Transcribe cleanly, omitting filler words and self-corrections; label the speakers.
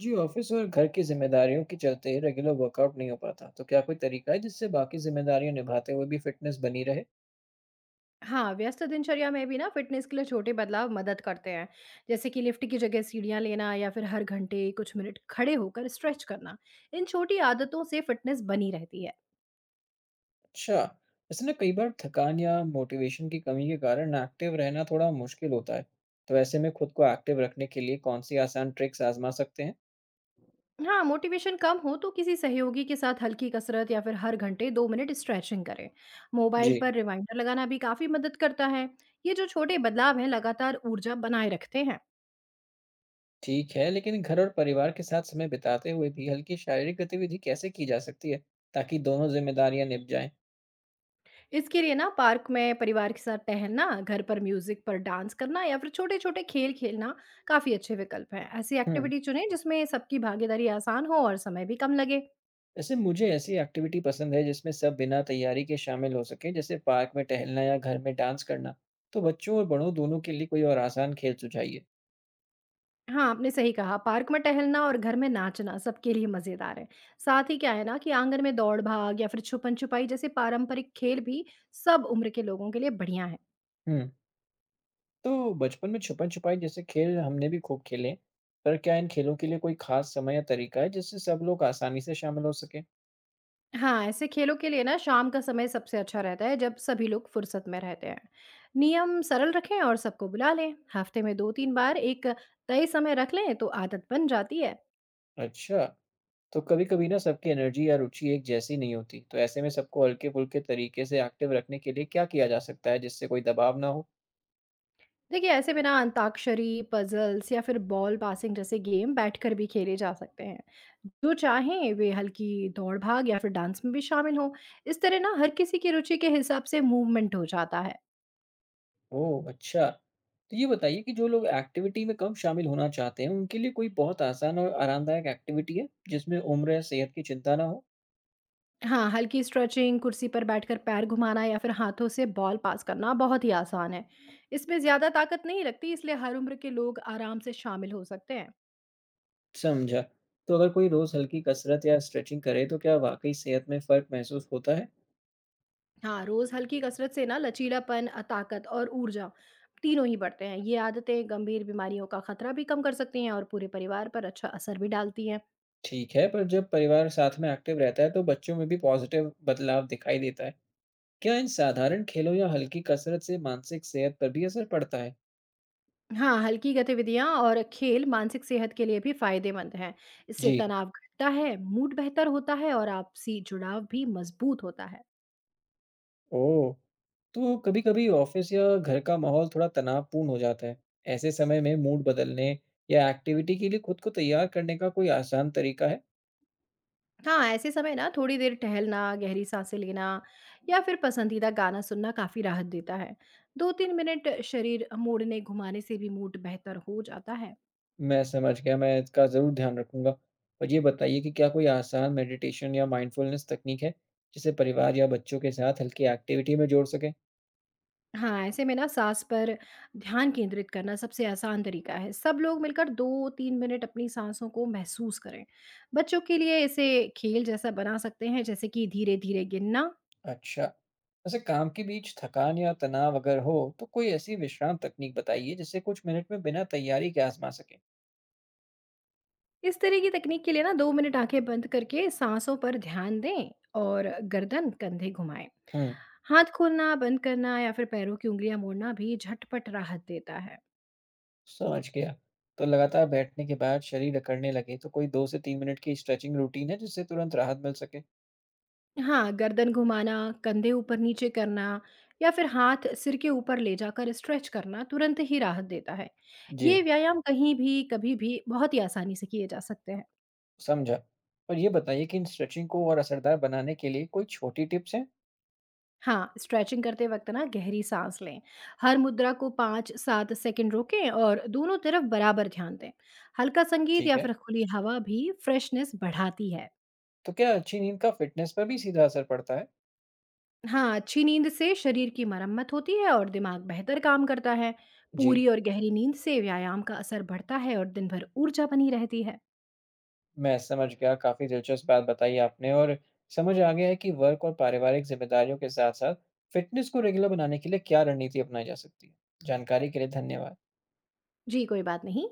Speaker 1: जी, office और घर की जिम्मेदारियों के चलते रेगुलर वर्कआउट नहीं हो पाता। तो क्या कोई तरीका है जिससे बाकी जिम्मेदारियां निभाते हुए भी फिटनेस बनी रहे?
Speaker 2: हाँ, व्यस्त दिनचर्या में भी ना फ़िटनेस के लिए छोटे बदलाव मदद करते हैं। जैसे कि लिफ्ट की जगह सीढ़ियाँ लेना या फिर हर घंटे कुछ मिनट खड़े होकर स्ट्रेच करना। इन छोटी आदतों से फ़िटनेस बनी रहती है।
Speaker 1: अच्छा, वैसे ना कई बार थकान या मोटिवेशन की कमी के कारण एक्टिव रहना थोड़ा मुश्किल होता है। तो ऐसे में खुद को एक्टिव रखने के लिए कौन सी आसान ट्रिक्स आजमा सकते हैं?
Speaker 2: हाँ, मोटिवेशन कम हो तो किसी सहयोगी के साथ हल्की कसरत या फिर हर घंटे 2 मिनट स्ट्रेचिंग करें। मोबाइल
Speaker 1: जी।
Speaker 2: पर रिमाइंडर लगाना भी काफ़ी मदद करता है। ये जो छोटे बदलाव हैं लगातार ऊर्जा बनाए रखते हैं।
Speaker 1: ठीक है, लेकिन घर और परिवार के साथ समय बिताते हुए भी हल्की शारीरिक गतिविधि कैसे की जा सकती है ताकि दोनों जिम्मेदारियां निभ जाएं?
Speaker 2: इसके लिए ना पार्क में परिवार के साथ टहलना, घर पर म्यूजिक पर डांस करना या फिर छोटे-छोटे खेल खेलना काफ़ी अच्छे विकल्प हैं। ऐसी
Speaker 1: हम्म।
Speaker 2: एक्टिविटी चुनें जिसमें सबकी भागीदारी आसान हो और समय भी कम लगे।
Speaker 1: वैसे मुझे ऐसी एक्टिविटी पसंद है जिसमें सब बिना तैयारी के शामिल हो सकें, जैसे पार्क में टहलना या घर में डांस करना। तो बच्चों और बड़ों दोनों के लिए कोई और आसान खेल सुझाइए।
Speaker 2: हाँ, आपने सही कहा, पार्क में टहलना और घर में नाचना सबके लिए मज़ेदार है। साथ ही क्या है ना कि आंगन में दौड़-भाग या फिर छुपन-छुपाई जैसे पारंपरिक खेल भी सब उम्र के लोगों के लिए बढ़िया हैं।
Speaker 1: हम्म। तो बचपन में छुपन छुपाई जैसे खेल हमने भी खूब खेले, पर क्या इन खेलों के लिए कोई खास समय या तरीका है जिससे सब लोग आसानी से शामिल हो सके?
Speaker 2: हाँ, ऐसे खेलों के लिए ना शाम का समय सबसे अच्छा रहता है जब सभी लोग फुर्सत में रहते हैं। नियम सरल रखें और सबको बुला लें। हफ्ते में 2-3 बार एक तय समय रख लें तो आदत बन जाती है।
Speaker 1: अच्छा। तो कभी कभी ना सबकी एनर्जी या रुचि एक जैसी नहीं होती, तो ऐसे में सबको हल्के फुल्के तरीके से एक्टिव रखने के लिए क्या किया जा सकता है जिससे कोई दबाव ना हो?
Speaker 2: देखिए ऐसे में ना अंताक्षरी, पजल्स या फिर बॉल पासिंग जैसे गेम बैठकर भी खेले जा सकते हैं। जो चाहें वे हल्की दौड़-भाग या फिर डांस में भी शामिल हों। इस तरह ना हर किसी की रुचि के हिसाब से मूवमेंट हो जाता है।
Speaker 1: ओह! अच्छा। तो ये बताइए कि जो लोग एक्टिविटी में कम शामिल होना चाहते हैं, उनके लिए कोई बहुत आसान और आरामदायक एक्टिविटी है, जिसमें उम्र या सेहत की चिंता ना हो?
Speaker 2: हाँ, हल्की स्ट्रेचिंग, कुर्सी पर बैठकर पैर घुमाना या फिर हाथों से बॉल पास करना बहुत ही आसान है। इसमें ज़्यादा ताकत नहीं लगती, इसलिए हर उम्र के लोग आराम से शामिल हो सकते हैं।
Speaker 1: समझा। तो अगर कोई रोज़ हल्की कसरत या स्ट्रेचिंग करे, तो क्या वाक़ई सेहत में फ़र्क महसूस होता है?
Speaker 2: हाँ, रोज़ हल्की कसरत से ना लचीलापन, ताकत और ऊर्जा तीनों ही बढ़ते हैं। ये आदतें गंभीर बीमारियों का खतरा भी कम कर सकती हैं और पूरे परिवार पर अच्छा असर भी डालती हैं।
Speaker 1: ठीक है, पर जब परिवार साथ में एक्टिव रहता है, तो बच्चों में भी पॉज़िटिव बदलाव दिखाई देता है। क्या इन साधारण खेलों या हल्की कसरत से मानसिक सेहत पर भी असर पड़ता है?
Speaker 2: हाँ, हल्की गतिविधियाँ और खेल मानसिक सेहत के लिए भी फायदेमंद हैं। इससे
Speaker 1: जी।
Speaker 2: तनाव घटता है, मूड बेहतर होता है और आपसी जुड़ाव भी मजबूत होता है।
Speaker 1: ओह! तो कभी-कभी ऑफिस या घर का माहौल थोड़ा तनावपूर्ण हो जाता है। ऐसे समय में मूड बदलने या एक्टिविटी के लिए खुद को तैयार करने का कोई आसान तरीका है?
Speaker 2: हाँ, ऐसे समय ना थोड़ी देर टहलना, गहरी सांसें लेना या फिर पसंदीदा गाना सुनना काफ़ी राहत देता है। 2-3 मिनट शरीर मोड़ने, घुमाने से भी मूड बेहतर हो जाता है।
Speaker 1: मैं समझ गया, मैं इसका ज़रूर ध्यान रखूँगा। और ये बताइए कि क्या कोई आसान मेडिटेशन या माइंडफुलनेस तकनीक है, जिसे परिवार या बच्चों के साथ हल्की एक्टिविटी में जोड़ सकें?
Speaker 2: हाँ, ऐसे में ना साँस पर ध्यान केंद्रित करना सबसे आसान तरीका है। सब लोग मिलकर 2-3 मिनट अपनी सांसों को महसूस करें। बच्चों के लिए इसे खेल जैसा बना सकते हैं, जैसे कि धीरे-धीरे गिनना।
Speaker 1: अच्छा। वैसे काम के बीच थकान या तनाव अगर हो, तो कोई ऐसी विश्राम तकनीक बताइए, जिसे कुछ मिनट में बिना तैयारी के आज़मा सकें।
Speaker 2: इस तरह की तकनीक के लिए ना 2 मिनट आंखें बंद करके सांसों पर ध्यान दें और गर्दन कंधे घुमाएं।
Speaker 1: हुँ।
Speaker 2: हाथ खोलना बंद करना या फिर पैरों की उंगलियां मोड़ना भी झटपट राहत देता है।
Speaker 1: समझ गया। तो लगातार बैठने के बाद शरीर अकड़ने लगे तो कोई 2 से 3 मिनट की स्ट्रेचिंग रूटीन है जिससे तुरंत राहत मिल सके?
Speaker 2: हाँ, गर्दन घुमाना, कंधे ऊपर नीचे करना या फिर हाथ सिर के ऊपर ले जाकर स्ट्रेच करना तुरंत ही राहत देता है।
Speaker 1: जी।
Speaker 2: ये व्यायाम कहीं भी कभी भी बहुत ही आसानी से किए जा सकते हैं।
Speaker 1: समझा। और ये बताइए कि इन स्ट्रेचिंग को और असरदार बनाने के लिए कोई छोटी टिप्स हैं?
Speaker 2: हाँ, स्ट्रेचिंग करते वक़्त ना गहरी साँस लें। हर मुद्रा को 5-7 सेकंड रोकें और दोनों तरफ बराबर ध्यान दें। हल्का संगीत
Speaker 1: ठीक
Speaker 2: या
Speaker 1: है।
Speaker 2: फिर खुली हवा भी फ्रेशनेस बढ़ाती है।
Speaker 1: तो क्या अच्छी नींद का फ़िटनेस पर भी सीधा असर पड़ता है?
Speaker 2: हाँ, अच्छी नींद से शरीर की मरम्मत होती है और दिमाग बेहतर काम करता है।
Speaker 1: जी।
Speaker 2: पूरी और गहरी नींद से व्यायाम का असर बढ़ता है और दिन भर ऊर्जा बनी रहती है।
Speaker 1: मैं समझ गया। काफ़ी दिलचस्प बात बताई आपने और समझ आ गया है कि वर्क और पारिवारिक जिम्मेदारियों के साथ-साथ फ़िटनेस को रेगुलर बनाने के लिए क्या रणनीति अपनाई जा सकती है। जानकारी के लिए धन्यवाद।
Speaker 2: जी, कोई बात नहीं।